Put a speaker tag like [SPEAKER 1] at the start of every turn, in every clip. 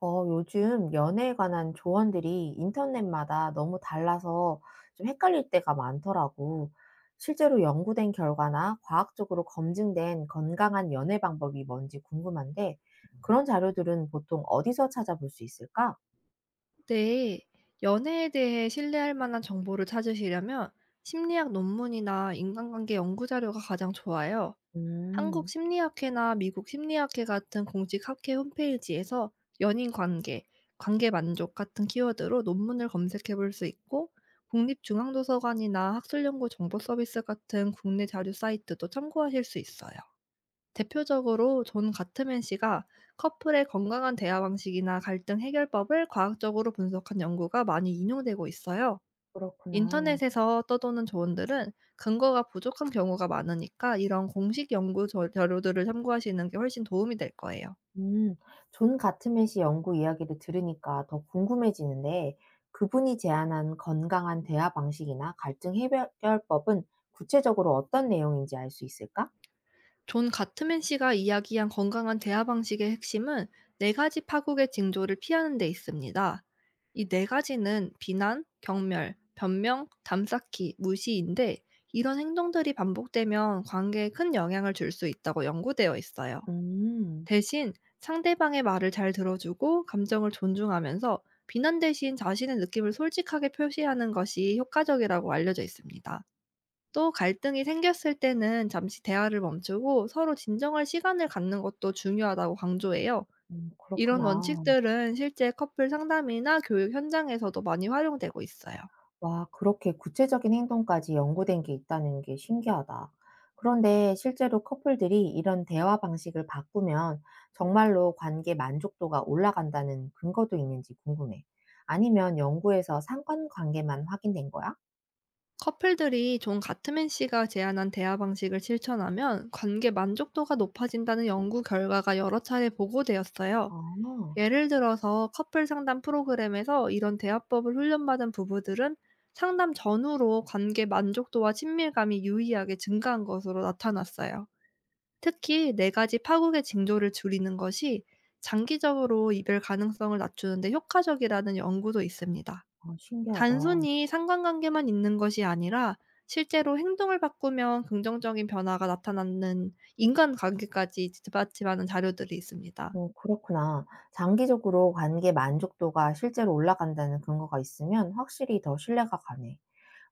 [SPEAKER 1] 요즘 연애에 관한 조언들이 인터넷마다 너무 달라서 좀 헷갈릴 때가 많더라고. 실제로 연구된 결과나 과학적으로 검증된 건강한 연애 방법이 뭔지 궁금한데, 그런 자료들은 보통 어디서 찾아볼 수 있을까?
[SPEAKER 2] 네. 연애에 대해 신뢰할 만한 정보를 찾으시려면 심리학 논문이나 인간관계 연구 자료가 가장 좋아요. 한국
[SPEAKER 1] 음,
[SPEAKER 2] 심리학회나 미국 심리학회 같은 공식 학회 홈페이지에서 연인 관계, 관계 만족 같은 키워드로 논문을 검색해 볼 수 있고, 국립중앙도서관이나 학술연구 정보 서비스 같은 국내 자료 사이트도 참고하실 수 있어요. 대표적으로 존 가트맨 씨가 커플의 건강한 대화 방식이나 갈등 해결법을 과학적으로 분석한 연구가 많이 인용되고 있어요.
[SPEAKER 1] 그렇구나.
[SPEAKER 2] 인터넷에서 떠도는 조언들은 근거가 부족한 경우가 많으니까, 이런 공식 연구 자료들을 참고하시는 게 훨씬 도움이 될 거예요.
[SPEAKER 1] 음, 존 가트맷이 연구 이야기를 들으니까 더 궁금해지는데, 그분이 제안한 건강한 대화 방식이나 갈등 해결법은 구체적으로 어떤 내용인지 알 수 있을까?
[SPEAKER 2] 존 가트맨 씨가 이야기한 건강한 대화 방식의 핵심은 네 가지 파국의 징조를 피하는 데 있습니다. 이 네 가지는 비난, 경멸, 변명, 담쌓기, 무시인데, 이런 행동들이 반복되면 관계에 큰 영향을 줄 수 있다고 연구되어 있어요.
[SPEAKER 1] 음.
[SPEAKER 2] 대신 상대방의 말을 잘 들어주고 감정을 존중하면서, 비난 대신 자신의 느낌을 솔직하게 표시하는 것이 효과적이라고 알려져 있습니다. 또 갈등이 생겼을 때는 잠시 대화를 멈추고 서로 진정할 시간을 갖는 것도 중요하다고 강조해요. 이런
[SPEAKER 1] 그렇구나.
[SPEAKER 2] 원칙들은 실제 커플 상담이나 교육 현장에서도 많이 활용되고 있어요.
[SPEAKER 1] 와, 그렇게 구체적인 행동까지 연구된 게 있다는 게 신기하다. 그런데 실제로 커플들이 이런 대화 방식을 바꾸면 정말로 관계 만족도가 올라간다는 근거도 있는지 궁금해. 아니면 연구에서 상관관계만 확인된 거야?
[SPEAKER 2] 커플들이 존 가트맨 씨가 제안한 대화 방식을 실천하면 관계 만족도가 높아진다는 연구 결과가 여러 차례 보고되었어요.
[SPEAKER 1] 아.
[SPEAKER 2] 예를 들어서 커플 상담 프로그램에서 이런 대화법을 훈련받은 부부들은 상담 전후로 관계 만족도와 친밀감이 유의하게 증가한 것으로 나타났어요. 특히 4 가지 파국의 징조를 줄이는 것이 장기적으로 이별 가능성을 낮추는 데 효과적이라는 연구도 있습니다.
[SPEAKER 1] 아, 신기하다.
[SPEAKER 2] 단순히 상관관계만 있는 것이 아니라, 실제로 행동을 바꾸면 긍정적인 변화가 나타나는 인간관계까지 뒷받침하는 자료들이 있습니다.
[SPEAKER 1] 어, 그렇구나. 장기적으로 관계 만족도가 실제로 올라간다는 근거가 있으면 확실히 더 신뢰가 가네.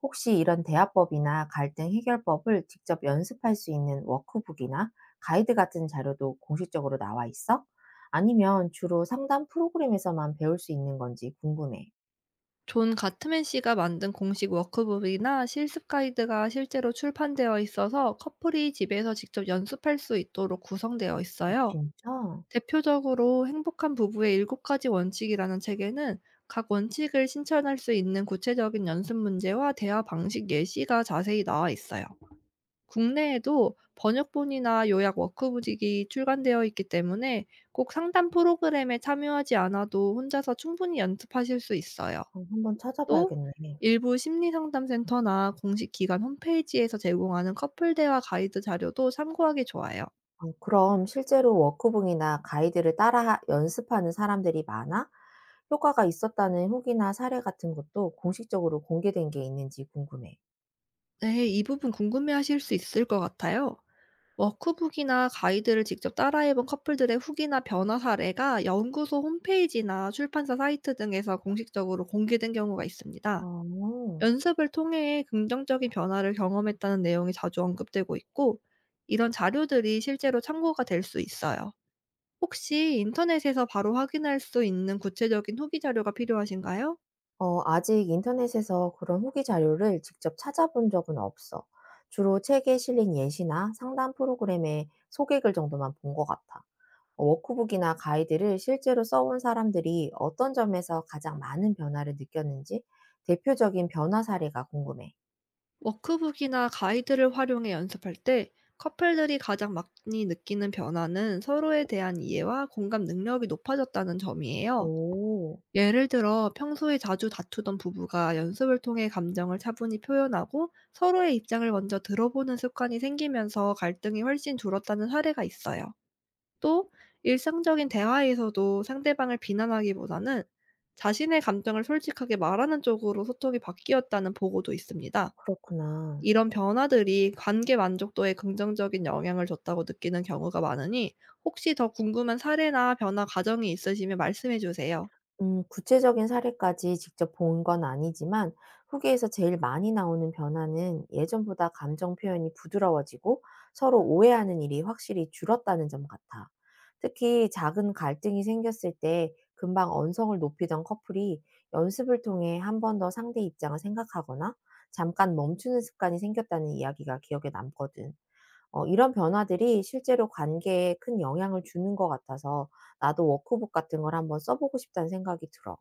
[SPEAKER 1] 혹시 이런 대화법이나 갈등 해결법을 직접 연습할 수 있는 워크북이나 가이드 같은 자료도 공식적으로 나와 있어? 아니면 주로 상담 프로그램에서만 배울 수 있는 건지 궁금해.
[SPEAKER 2] 존 가트맨 씨가 만든 공식 워크북이나 실습 가이드가 실제로 출판되어 있어서, 커플이 집에서 직접 연습할 수 있도록 구성되어
[SPEAKER 1] 어,
[SPEAKER 2] 있어요.
[SPEAKER 1] 진짜?
[SPEAKER 2] 대표적으로 행복한 부부의 일곱 가지 원칙이라는 책에는 각 원칙을 실천할 수 있는 구체적인 연습 문제와 대화 방식 예시가 자세히 나와 있어요. 국내에도 번역본이나 요약 워크북이 출간되어 있기 때문에, 꼭 상담 프로그램에 참여하지 않아도 혼자서 충분히 연습하실 수 있어요.
[SPEAKER 1] 어, 한번
[SPEAKER 2] 또
[SPEAKER 1] 찾아봐야겠네.
[SPEAKER 2] 일부 심리 상담센터나 공식 기관 홈페이지에서 제공하는 커플 대화 가이드 자료도 참고하기 좋아요.
[SPEAKER 1] 어, 그럼 실제로 워크북이나 가이드를 따라 연습하는 사람들이 많아? 효과가 있었다는 후기나 사례 같은 것도 공식적으로 공개된 게 있는지 궁금해.
[SPEAKER 2] 네, 이 부분 궁금해하실 수 있을 것 같아요. 워크북이나 가이드를 직접 따라해본 커플들의 후기나 변화 사례가 연구소 홈페이지나 출판사 사이트 등에서 공식적으로 공개된 경우가 있습니다.
[SPEAKER 1] 어,
[SPEAKER 2] 연습을 통해 긍정적인 변화를 경험했다는 내용이 자주 언급되고 있고, 이런 자료들이 실제로 참고가 될 수 있어요. 혹시 인터넷에서 바로 확인할 수 있는 구체적인 후기 자료가 필요하신가요?
[SPEAKER 1] 아직 인터넷에서 그런 후기 자료를 직접 찾아본 적은 없어. 주로 책에 실린 예시나 상담 프로그램의 소개글 정도만 본 것 같아. 워크북이나 가이드를 실제로 써온 사람들이 어떤 점에서 가장 많은 변화를 느꼈는지 대표적인 변화 사례가 궁금해.
[SPEAKER 2] 워크북이나 가이드를 활용해 연습할 때 커플들이 가장 많이 느끼는 변화는 서로에 대한 이해와 공감 능력이 높아졌다는 점이에요.
[SPEAKER 1] 오,
[SPEAKER 2] 예를 들어 평소에 자주 다투던 부부가 연습을 통해 감정을 차분히 표현하고 서로의 입장을 먼저 들어보는 습관이 생기면서 갈등이 훨씬 줄었다는 사례가 있어요. 또 일상적인 대화에서도 상대방을 비난하기보다는 자신의 감정을 솔직하게 말하는 쪽으로 소통이 바뀌었다는 보고도 있습니다.
[SPEAKER 1] 그렇구나.
[SPEAKER 2] 이런 변화들이 관계 만족도에 긍정적인 영향을 줬다고 느끼는 경우가 많으니, 혹시 더 궁금한 사례나 변화 과정이 있으시면 말씀해 주세요.
[SPEAKER 1] 음, 구체적인 사례까지 직접 본 건 아니지만 후기에서 제일 많이 나오는 변화는 예전보다 감정 표현이 부드러워지고 서로 오해하는 일이 확실히 줄었다는 점 같아. 특히 작은 갈등이 생겼을 때 금방 언성을 높이던 커플이 연습을 통해 한 번 더 상대 입장을 생각하거나 잠깐 멈추는 습관이 생겼다는 이야기가 기억에 남거든. 어, 이런 변화들이 실제로 관계에 큰 영향을 주는 것 같아서 나도 워크북 같은 걸 한번 써 보고 싶다는 생각이 들어.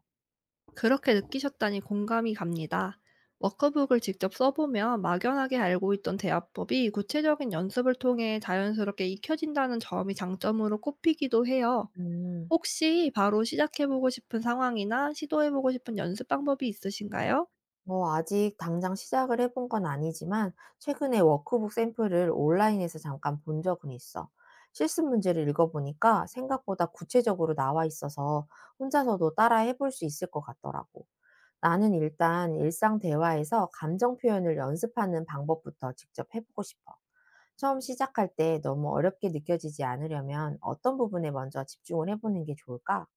[SPEAKER 2] 그렇게 느끼셨다니 공감이 갑니다. 워크북을 직접 써보면 막연하게 알고 있던 대화법이 구체적인 연습을 통해 자연스럽게 익혀진다는 점이 장점으로 꼽히기도 해요.
[SPEAKER 1] 음.
[SPEAKER 2] 혹시 바로 시작해 보고 싶은 상황이나 시도해 보고 싶은 연습 방법이 있으신가요?
[SPEAKER 1] 뭐 아직 당장 시작을 해본 건 아니지만 최근에 워크북 샘플을 온라인에서 잠깐 본 적은 있어. 실습 문제를 읽어보니까 생각보다 구체적으로 나와 있어서 혼자서도 따라 해볼 수 있을 것 같더라고. 나는 일단 일상 대화에서 감정 표현을 연습하는 방법부터 직접 해보고 싶어. 처음 시작할 때 너무 어렵게 느껴지지 않으려면 어떤 부분에 먼저 집중을 해보는 게 좋을까?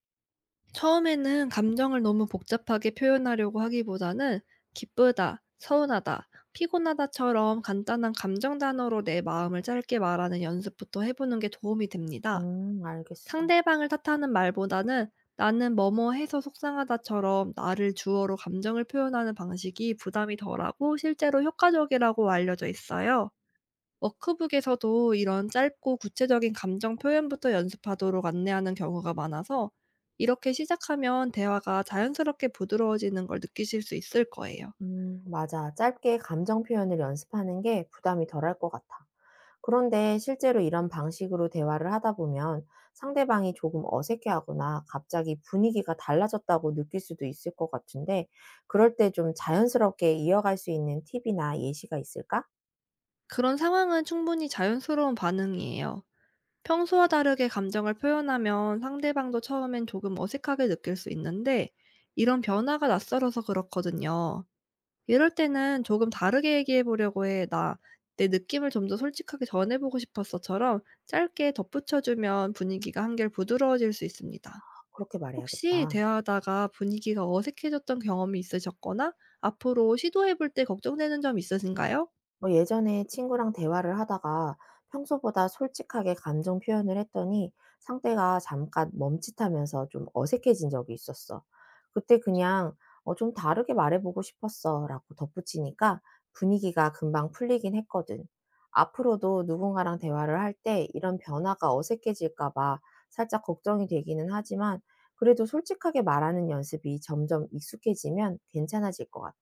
[SPEAKER 2] 처음에는 감정을 너무 복잡하게 표현하려고 하기보다는 "기쁘다", "서운하다", "피곤하다"처럼 간단한 감정 단어로 내 마음을 짧게 말하는 연습부터 해 보는 게 도움이 됩니다.
[SPEAKER 1] 알겠어.
[SPEAKER 2] 상대방을 탓하는 말보다는 "나는 뭐뭐 해서 속상하다."처럼 나를 주어로 감정을 표현하는 방식이 부담이 덜하고 실제로 효과적이라고 알려져 있어요. 워크북에서도 이런 짧고 구체적인 감정 표현부터 연습하도록 안내하는 경우가 많아서, 이렇게 시작하면 대화가 자연스럽게 부드러워지는 걸 느끼실 수 있을 거예요.
[SPEAKER 1] 맞아. 짧게 감정 표현을 연습하는 게 부담이 덜할 것 같아. 그런데 실제로 이런 방식으로 대화를 하다 보면 상대방이 조금 어색해하거나 갑자기 분위기가 달라졌다고 느낄 수도 있을 것 같은데, 그럴 때 좀 자연스럽게 이어갈 수 있는 팁이나 예시가 있을까?
[SPEAKER 2] 그런 상황은 충분히 자연스러운 반응이에요. 평소와 다르게 감정을 표현하면 상대방도 처음엔 조금 어색하게 느낄 수 있는데, 이런 변화가 낯설어서 그렇거든요. 이럴 때는 "조금 다르게 얘기해 보려고 해. 나 내 느낌을 좀 더 솔직하게 전해보고 싶었어처럼 짧게 덧붙여주면 분위기가 한결 부드러워질 수 있습니다.
[SPEAKER 1] 그렇게
[SPEAKER 2] 혹시
[SPEAKER 1] 말해야겠다.
[SPEAKER 2] 대화하다가 분위기가 어색해졌던 경험이 있으셨거나 앞으로 시도해 볼 때 걱정되는 점 있으신가요?
[SPEAKER 1] 뭐 예전에 친구랑 대화를 하다가 평소보다 솔직하게 감정 표현을 했더니 상대가 잠깐 멈칫하면서 좀 어색해진 적이 있었어. 그때 그냥 좀 다르게 말해보고 싶었어 라고 덧붙이니까 분위기가 금방 풀리긴 했거든. 앞으로도 누군가랑 대화를 할 때 이런 변화가 어색해질까봐 살짝 걱정이 되기는 하지만 그래도 솔직하게 말하는 연습이 점점 익숙해지면 괜찮아질 것 같아.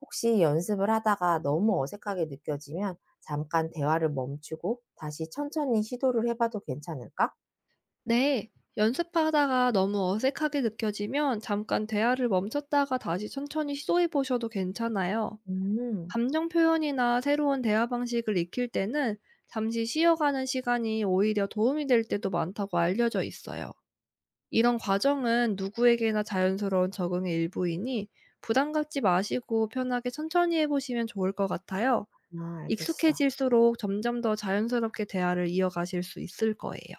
[SPEAKER 1] 혹시 연습을 하다가 너무 어색하게 느껴지면 잠깐 대화를 멈추고 다시 천천히 시도를 해봐도 괜찮을까?
[SPEAKER 2] 네, 연습하다가 너무 어색하게 느껴지면 잠깐 대화를 멈췄다가 다시 천천히 시도해 보셔도 괜찮아요.
[SPEAKER 1] 음,
[SPEAKER 2] 감정 표현이나 새로운 대화 방식을 익힐 때는 잠시 쉬어가는 시간이 오히려 도움이 될 때도 많다고 알려져 있어요. 이런 과정은 누구에게나 자연스러운 적응의 일부이니, 부담 갖지 마시고 편하게 천천히 해보시면 좋을 것 같아요.
[SPEAKER 1] 아, 알겠어.
[SPEAKER 2] 익숙해질수록 점점 더 자연스럽게 대화를 이어가실 수 있을 거예요.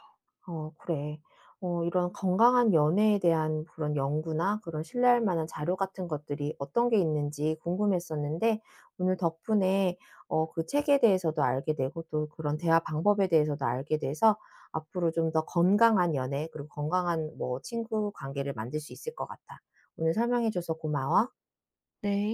[SPEAKER 1] 어, 그래. 어, 이런 건강한 연애에 대한 그런 연구나 그런 신뢰할 만한 자료 같은 것들이 어떤 게 있는지 궁금했었는데 오늘 덕분에 그 책에 대해서도 알게 되고 또 그런 대화 방법에 대해서도 알게 돼서 앞으로 좀 더 건강한 연애 그리고 건강한 뭐 친구 관계를 만들 수 있을 것 같아. 오늘 설명해 줘서 고마워.
[SPEAKER 2] 네.